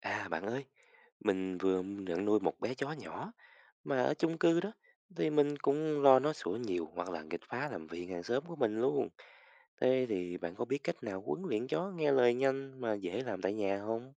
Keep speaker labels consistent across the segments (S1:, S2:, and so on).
S1: À bạn ơi, mình vừa nhận nuôi một bé chó nhỏ mà ở chung cư đó thì mình cũng lo nó sủa nhiều hoặc là nghịch phá làm phiền hàng xóm của mình luôn. Thế thì bạn có biết cách nào huấn luyện chó nghe lời nhanh mà dễ làm tại nhà không?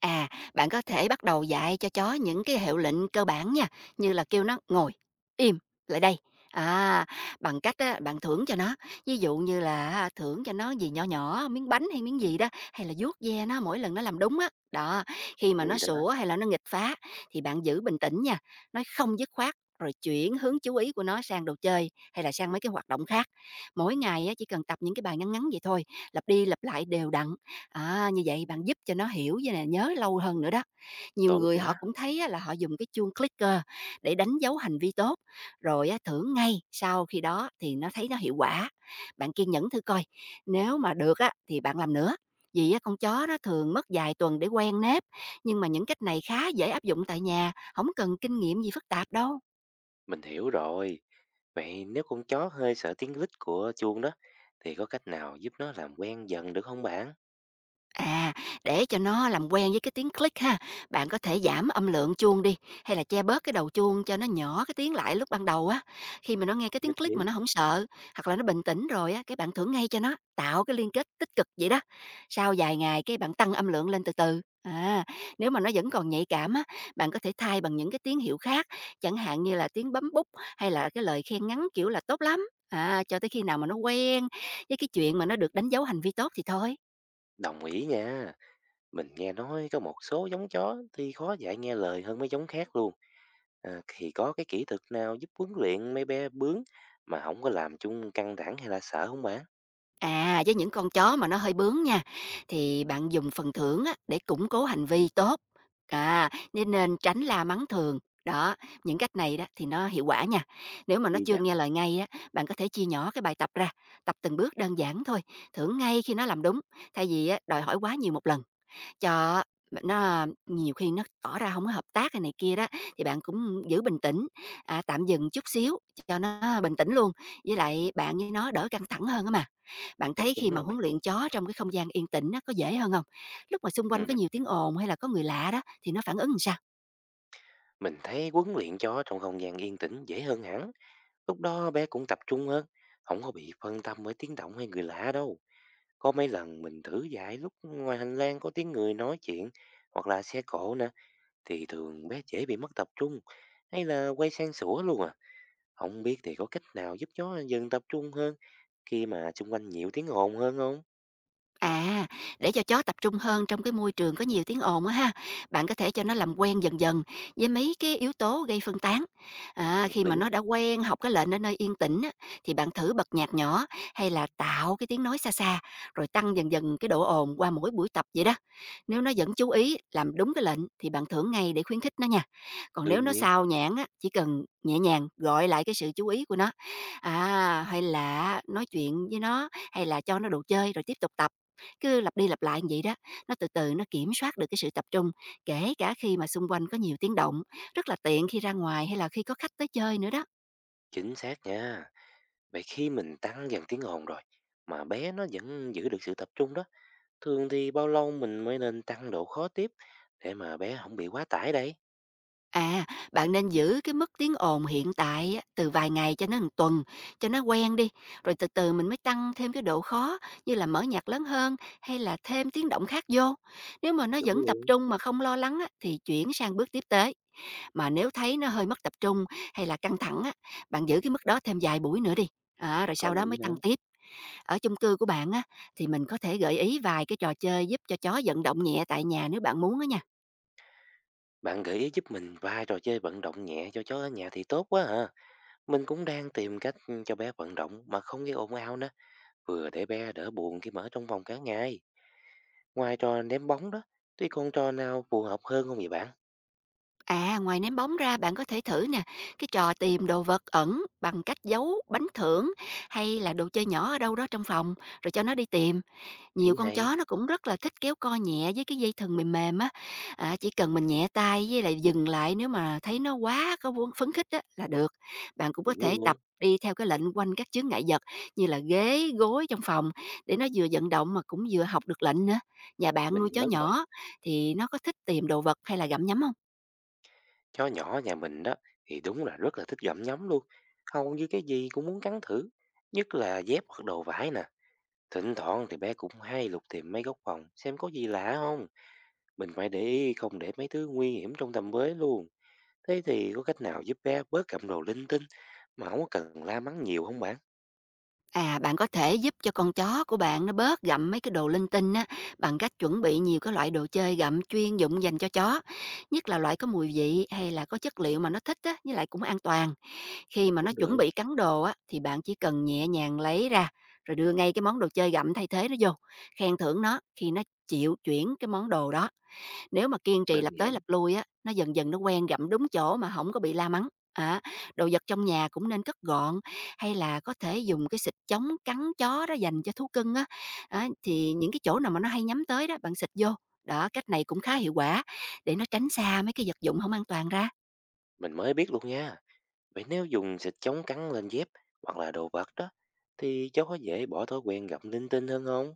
S2: À, bạn có thể bắt đầu dạy cho chó những cái hiệu lệnh cơ bản nha, như là kêu nó ngồi, im, lại đây. À, bằng cách á, bạn thưởng cho nó, ví dụ như là à, thưởng cho nó gì nhỏ nhỏ, miếng bánh hay miếng gì đó, hay là vuốt ve nó mỗi lần nó làm đúng á. Đó, khi mà
S1: Thì
S2: nó
S1: đó,
S2: sủa hay là nó nghịch phá thì bạn giữ bình tĩnh nha, nói không dứt khoát rồi chuyển hướng chú ý của nó sang đồ chơi hay là sang mấy cái hoạt động khác. Mỗi ngày á, chỉ cần tập những cái bài ngắn ngắn vậy thôi, lặp đi lặp lại đều đặn. À, như vậy bạn giúp cho nó hiểu với nè, nhớ lâu hơn nữa đó. Nhiều
S1: tốt
S2: người họ
S1: quá,
S2: cũng thấy á, là họ dùng cái chuông clicker để đánh dấu hành vi tốt, rồi á, thưởng ngay sau khi đó thì nó thấy nó hiệu quả. Bạn kiên nhẫn thử coi, nếu mà được á, thì bạn làm nữa. Vì á, con chó nó thường mất vài tuần để quen nếp, nhưng mà những cách này khá dễ áp dụng tại nhà, không cần kinh nghiệm gì phức tạp đâu.
S1: mình hiểu rồi. Vậy nếu con chó hơi sợ tiếng lít của chuông đó thì có cách nào giúp nó làm quen dần được không bạn?
S2: À, để cho nó làm quen với cái tiếng click ha, bạn có thể giảm âm lượng chuông đi, hay là che bớt cái đầu chuông cho nó nhỏ cái tiếng lại lúc ban đầu á. Khi mà nó nghe cái tiếng
S1: Nhất
S2: click mà
S1: trí.
S2: nó không sợ, hoặc là nó bình tĩnh rồi á, cái bạn thưởng ngay cho nó, tạo cái liên kết tích cực vậy đó. Sau vài ngày cái bạn tăng âm lượng lên từ từ. À, nếu mà nó vẫn còn nhạy cảm á, bạn có thể thay bằng những cái tín hiệu khác, chẳng hạn như là tiếng bấm bút hay là cái lời khen ngắn kiểu là tốt lắm. À, cho tới khi nào mà nó quen với cái chuyện mà nó được đánh dấu hành vi tốt thì thôi.
S1: Đồng ý nha. Mình nghe nói có một số giống chó thì khó dạy nghe lời hơn mấy giống khác luôn. Thì có cái kỹ thuật nào giúp huấn luyện mấy bé bướng mà không có làm chung căng thẳng hay là sợ không bạn?
S2: À, với những con chó mà nó hơi bướng nha, thì bạn dùng phần thưởng á, để củng cố hành vi tốt. À, nên nên tránh la mắng thường. Đó, những cách này đó thì nó hiệu quả nha. Nếu mà nó
S1: Ghi
S2: chưa
S1: nhận.
S2: nghe lời ngay á, bạn có thể chia nhỏ cái bài tập ra, tập từng bước đơn giản thôi, thưởng ngay khi nó làm đúng, thay vì á, đòi hỏi quá nhiều một lần. Cho nó nhiều khi nó tỏ ra không có hợp tác hay này kia đó thì bạn cũng giữ bình tĩnh, à, tạm dừng chút xíu cho nó bình tĩnh luôn, với lại bạn với nó đỡ căng thẳng hơn á mà. Bạn
S1: Chắc
S2: thấy
S1: chắn
S2: khi mà
S1: rồi.
S2: huấn luyện chó trong cái không gian yên tĩnh á, có dễ hơn không? Lúc mà xung quanh
S1: Ừ.
S2: có nhiều tiếng ồn hay là có người lạ đó thì nó phản ứng làm sao?
S1: Mình thấy huấn luyện chó trong không gian yên tĩnh dễ hơn hẳn. Lúc đó bé cũng tập trung hơn, không có bị phân tâm với tiếng động hay người lạ đâu. Có mấy lần mình thử dạy lúc ngoài hành lang có tiếng người nói chuyện hoặc là xe cộ nè, thì thường bé dễ bị mất tập trung hay là quay sang sủa luôn à. Không biết thì có cách nào giúp chó dần tập trung hơn khi mà xung quanh nhiều tiếng ồn hơn không?
S2: À, để cho chó tập trung hơn trong cái môi trường có nhiều tiếng ồn á ha, bạn có thể cho nó làm quen dần dần với mấy cái yếu tố gây phân tán. À,
S1: Hợp
S2: khi mà
S1: lý,
S2: nó đã quen học cái lệnh ở nơi yên tĩnh á, thì bạn thử bật nhạc nhỏ hay là tạo cái tiếng nói xa xa, rồi tăng dần dần cái độ ồn qua mỗi buổi tập vậy đó. Nếu nó vẫn chú ý làm đúng cái lệnh thì bạn thưởng ngay để khuyến khích nó nha. Còn nếu
S1: đương
S2: nó
S1: nhiên,
S2: sao nhãng á, chỉ cần nhẹ nhàng gọi lại cái sự chú ý của nó. À, hay là nói chuyện với nó hay là cho nó đồ chơi rồi tiếp tục tập, cứ lặp đi lặp lại như vậy đó, nó từ từ nó kiểm soát được cái sự tập trung, kể cả khi mà xung quanh có nhiều tiếng động, rất là tiện khi ra ngoài hay là khi có khách tới chơi nữa đó.
S1: chính xác nha. Vậy khi mình tăng dần tiếng ồn rồi, mà bé nó vẫn giữ được sự tập trung đó, thường thì bao lâu mình mới nên tăng độ khó tiếp để mà bé không bị quá tải đây?
S2: À, bạn nên giữ cái mức tiếng ồn hiện tại á, từ vài ngày cho đến 1 tuần, cho nó quen đi, rồi từ từ mình mới tăng thêm cái độ khó, như là mở nhạc lớn hơn hay là thêm tiếng động khác vô. Nếu mà nó
S1: Đúng
S2: vẫn tập
S1: luôn,
S2: trung mà không lo lắng á, thì chuyển sang bước tiếp tế. Mà nếu thấy nó hơi mất tập trung hay là căng thẳng á, bạn giữ cái mức đó thêm vài buổi nữa đi. À, rồi
S1: có
S2: sau đó
S1: lý
S2: mới
S1: đó.
S2: tăng tiếp. Ở chung cư của bạn á, thì mình có thể gợi ý vài cái trò chơi giúp cho chó vận động nhẹ tại nhà nếu bạn muốn á nha.
S1: Bạn gợi ý giúp mình vài trò chơi vận động nhẹ cho chó ở nhà thì tốt quá hả? Mình cũng đang tìm cách cho bé vận động mà không gây ồn ào nữa, vừa để bé đỡ buồn khi mở trong vòng cả ngày. Ngoài trò ném bóng đó, tuy con trò nào phù hợp hơn không vậy bạn?
S2: À, ngoài ném bóng ra bạn có thể thử nè, cái trò tìm đồ vật ẩn bằng cách giấu bánh thưởng hay là đồ chơi nhỏ ở đâu đó trong phòng rồi cho nó đi tìm. Nhiều
S1: Ý
S2: con
S1: hay,
S2: chó nó cũng rất là thích kéo co nhẹ với cái dây thừng mềm mềm á. À, chỉ cần mình nhẹ tay, với lại dừng lại nếu mà thấy nó quá có vuông phấn khích á là được. Bạn cũng có
S1: đúng
S2: thể
S1: luôn,
S2: tập đi theo cái lệnh quanh các chướng ngại vật, như là ghế, gối trong phòng, để nó vừa vận động mà cũng vừa học được lệnh nữa. Nhà bạn
S1: mình
S2: nuôi chó
S1: nhớ rồi.
S2: nhỏ thì nó có thích tìm đồ vật hay là gặm nhấm không?
S1: Chó nhỏ nhà mình đó thì đúng là rất là thích gặm nhấm luôn. Hầu như cái gì cũng muốn cắn thử. Nhất là dép hoặc đồ vải nè. Thỉnh thoảng thì bé cũng hay lục tìm mấy góc phòng xem có gì lạ không. Mình phải để ý không để mấy thứ nguy hiểm trong tầm với luôn. Thế thì có cách nào giúp bé bớt gặm đồ linh tinh mà không có cần la mắng nhiều không bạn?
S2: À, bạn có thể giúp cho con chó của bạn nó bớt gặm mấy cái đồ linh tinh á, bằng cách chuẩn bị nhiều cái loại đồ chơi gặm chuyên dụng dành cho chó, nhất là loại có mùi vị hay là có chất liệu mà nó thích á, với lại cũng an toàn. Khi mà nó
S1: Cũng
S2: chuẩn
S1: được,
S2: bị cắn đồ á, thì bạn chỉ cần nhẹ nhàng lấy ra, rồi đưa ngay cái món đồ chơi gặm thay thế nó vô, khen thưởng nó khi nó chịu chuyển cái món đồ đó. Nếu mà kiên trì
S1: đơn
S2: lặp tới
S1: giản.
S2: lặp lui á, nó dần dần nó quen gặm đúng chỗ mà không có bị la mắng. Á, đồ vật trong nhà cũng nên cất gọn, hay là có thể dùng cái xịt chống cắn chó đó dành cho thú cưng á, á, thì những cái chỗ nào mà nó hay nhắm tới đó, bạn xịt vô. Đó, cách này cũng khá hiệu quả để nó tránh xa mấy cái vật dụng không an toàn ra.
S1: Mình mới biết luôn nha. Vậy nếu dùng xịt chống cắn lên dép hoặc là đồ vật đó thì cháu có dễ bỏ thói quen gặm linh tinh hơn không?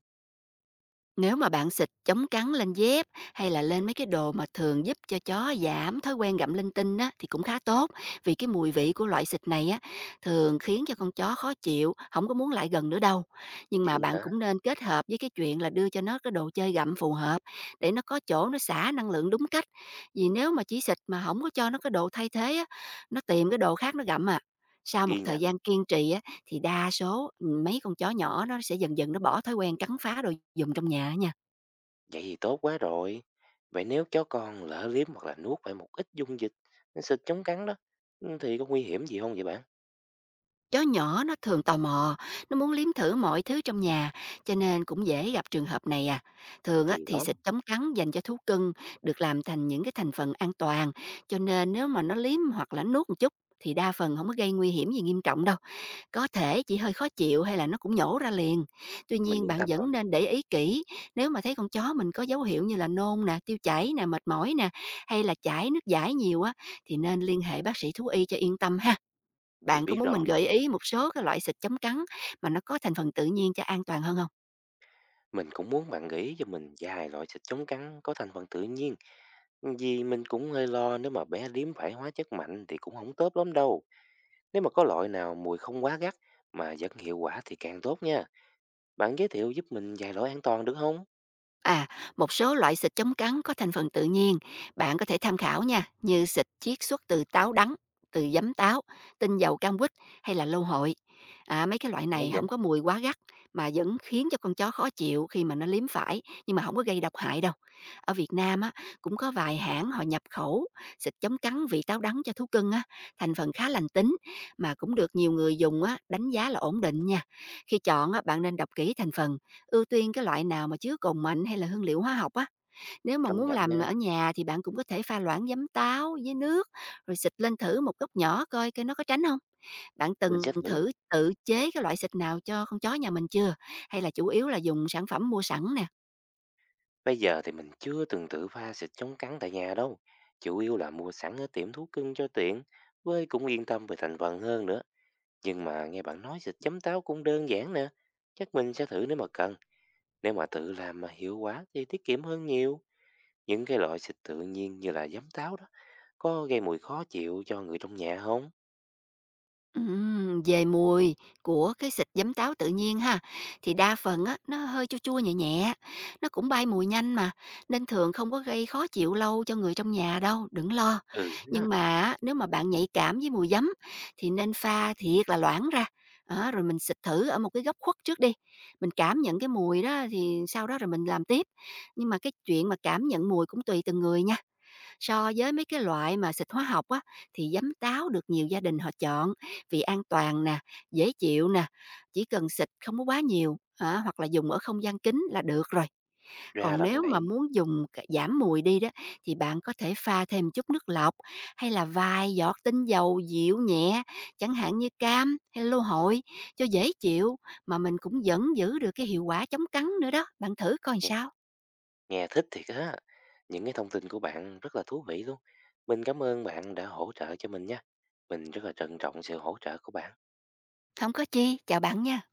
S2: Nếu mà bạn xịt chống cắn lên dép hay là lên mấy cái đồ mà thường giúp cho chó giảm thói quen gặm linh tinh á, thì cũng khá tốt, vì cái mùi vị của loại xịt này á, thường khiến cho con chó khó chịu, không có muốn lại gần nữa đâu. Nhưng mà
S1: Vậy
S2: bạn
S1: hả?
S2: cũng nên kết hợp với cái chuyện là đưa cho nó cái đồ chơi gặm phù hợp, để nó có chỗ nó xả năng lượng đúng cách. Vì nếu mà chỉ xịt mà không có cho nó cái đồ thay thế á, nó tìm cái đồ khác nó gặm à. Sau
S1: Ghi
S2: một thời
S1: nhận.
S2: gian kiên trì á, thì đa số, ừ, mấy con chó nhỏ nó sẽ dần dần nó bỏ thói quen cắn phá đồ dùng trong nhà á nha.
S1: Vậy thì tốt quá rồi. Vậy nếu chó con lỡ liếm hoặc là nuốt phải một ít dung dịch, nó xịt chống cắn đó, thì có nguy hiểm gì không vậy bạn?
S2: Chó nhỏ nó thường tò mò, nó muốn liếm thử mọi thứ trong nhà, cho nên cũng dễ gặp trường hợp này à. Thường á,
S1: Thì
S2: thì
S1: đó,
S2: xịt chống cắn dành cho thú cưng được làm thành những cái thành phần an toàn, cho nên nếu mà nó liếm hoặc là nó nuốt một chút thì đa phần không có gây nguy hiểm gì nghiêm trọng đâu. Có thể chỉ hơi khó chịu hay là nó cũng nhổ ra liền. Tuy
S1: mình
S2: nhiên
S1: yên
S2: bạn
S1: tâm rồi,
S2: vẫn nên để ý kỹ, nếu mà thấy con chó mình có dấu hiệu như là nôn nè, tiêu chảy nè, mệt mỏi nè, hay là chảy nước dãi nhiều á, thì nên liên hệ bác sĩ thú y cho yên tâm ha.
S1: mình
S2: Bạn có
S1: biết
S2: muốn
S1: rồi.
S2: mình gợi ý một số cái loại xịt chống cắn mà nó có thành phần tự nhiên cho an toàn hơn không?
S1: Mình cũng muốn bạn nghĩ cho mình vài loại xịt chống cắn có thành phần tự nhiên. Vì mình cũng hơi lo nếu mà bé liếm phải hóa chất mạnh thì cũng không tốt lắm đâu. Nếu mà có loại nào mùi không quá gắt mà vẫn hiệu quả thì càng tốt nha. Bạn giới thiệu giúp mình vài loại an toàn được không?
S2: À, một số loại xịt chống cắn có thành phần tự nhiên, bạn có thể tham khảo nha, như xịt chiết xuất từ táo đắng, từ giấm táo, tinh dầu cam quýt hay là lâu hội. À, mấy cái loại
S1: Nghe
S2: này
S1: vậy,
S2: không có mùi quá gắt mà vẫn khiến cho con chó khó chịu khi mà nó liếm phải, nhưng mà không có gây độc hại đâu. Ở Việt Nam á, cũng có vài hãng họ nhập khẩu xịt chống cắn vị táo đắng cho thú cưng á, thành phần khá lành tính mà cũng được nhiều người dùng á đánh giá là ổn định nha. Khi chọn á, bạn nên đọc kỹ thành phần. Ưu tiên cái loại nào mà chứa cồn mạnh hay là hương liệu hóa học á. Nếu mà
S1: công
S2: muốn
S1: nhận
S2: làm
S1: nha.
S2: ở nhà thì bạn cũng có thể pha loãng giấm táo với nước, rồi xịt lên thử một góc nhỏ coi cái nó có tránh không. Bạn
S1: Mình sẽ
S2: từng
S1: thử.
S2: thử tự chế cái loại xịt nào cho con chó nhà mình chưa? Hay là chủ yếu là dùng sản phẩm mua sẵn nè?
S1: Bây giờ thì mình chưa từng tự pha xịt chống cắn tại nhà đâu. Chủ yếu là mua sẵn ở tiệm thuốc cưng cho tiện, với cũng yên tâm về thành phần hơn nữa. Nhưng mà nghe bạn nói xịt chấm táo cũng đơn giản nè. Chắc mình sẽ thử nếu mà cần. Nếu mà tự làm mà hiệu quả thì tiết kiệm hơn nhiều. Những cái loại xịt tự nhiên như là giấm táo đó, có gây mùi khó chịu cho người trong nhà không?
S2: Về mùi của cái xịt giấm táo tự nhiên ha, thì đa phần á, nó hơi chua chua nhẹ nhẹ, nó cũng bay mùi nhanh mà, nên thường không có gây khó chịu lâu cho người trong nhà đâu, đừng lo.
S1: Ừ, ha,
S2: Nhưng mà á, nếu mà bạn nhạy cảm với mùi giấm thì nên pha thiệt là loãng ra. Đó, rồi mình xịt thử ở một cái góc khuất trước đi, mình cảm nhận cái mùi đó thì sau đó rồi mình làm tiếp. Nhưng mà cái chuyện mà cảm nhận mùi cũng tùy từng người nha. So với mấy cái loại mà xịt hóa học á, thì giấm táo được nhiều gia đình họ chọn vì an toàn nè, dễ chịu nè, chỉ cần xịt không có quá nhiều, hả, hoặc là dùng ở không gian kín là được rồi.
S1: ra
S2: Còn
S1: là
S2: nếu mà
S1: vậy.
S2: muốn dùng giảm mùi đi đó thì bạn có thể pha thêm chút nước lọc hay là vài giọt tinh dầu dịu nhẹ, chẳng hạn như cam hay lô hội cho dễ chịu, mà mình cũng vẫn giữ được cái hiệu quả chống cắn nữa đó. Bạn thử coi sao.
S1: Nghe thích thiệt á. Những cái thông tin của bạn rất là thú vị luôn. Mình cảm ơn bạn đã hỗ trợ cho mình nha. Mình rất là trân trọng sự hỗ trợ của bạn.
S2: Không có chi, chào bạn nha.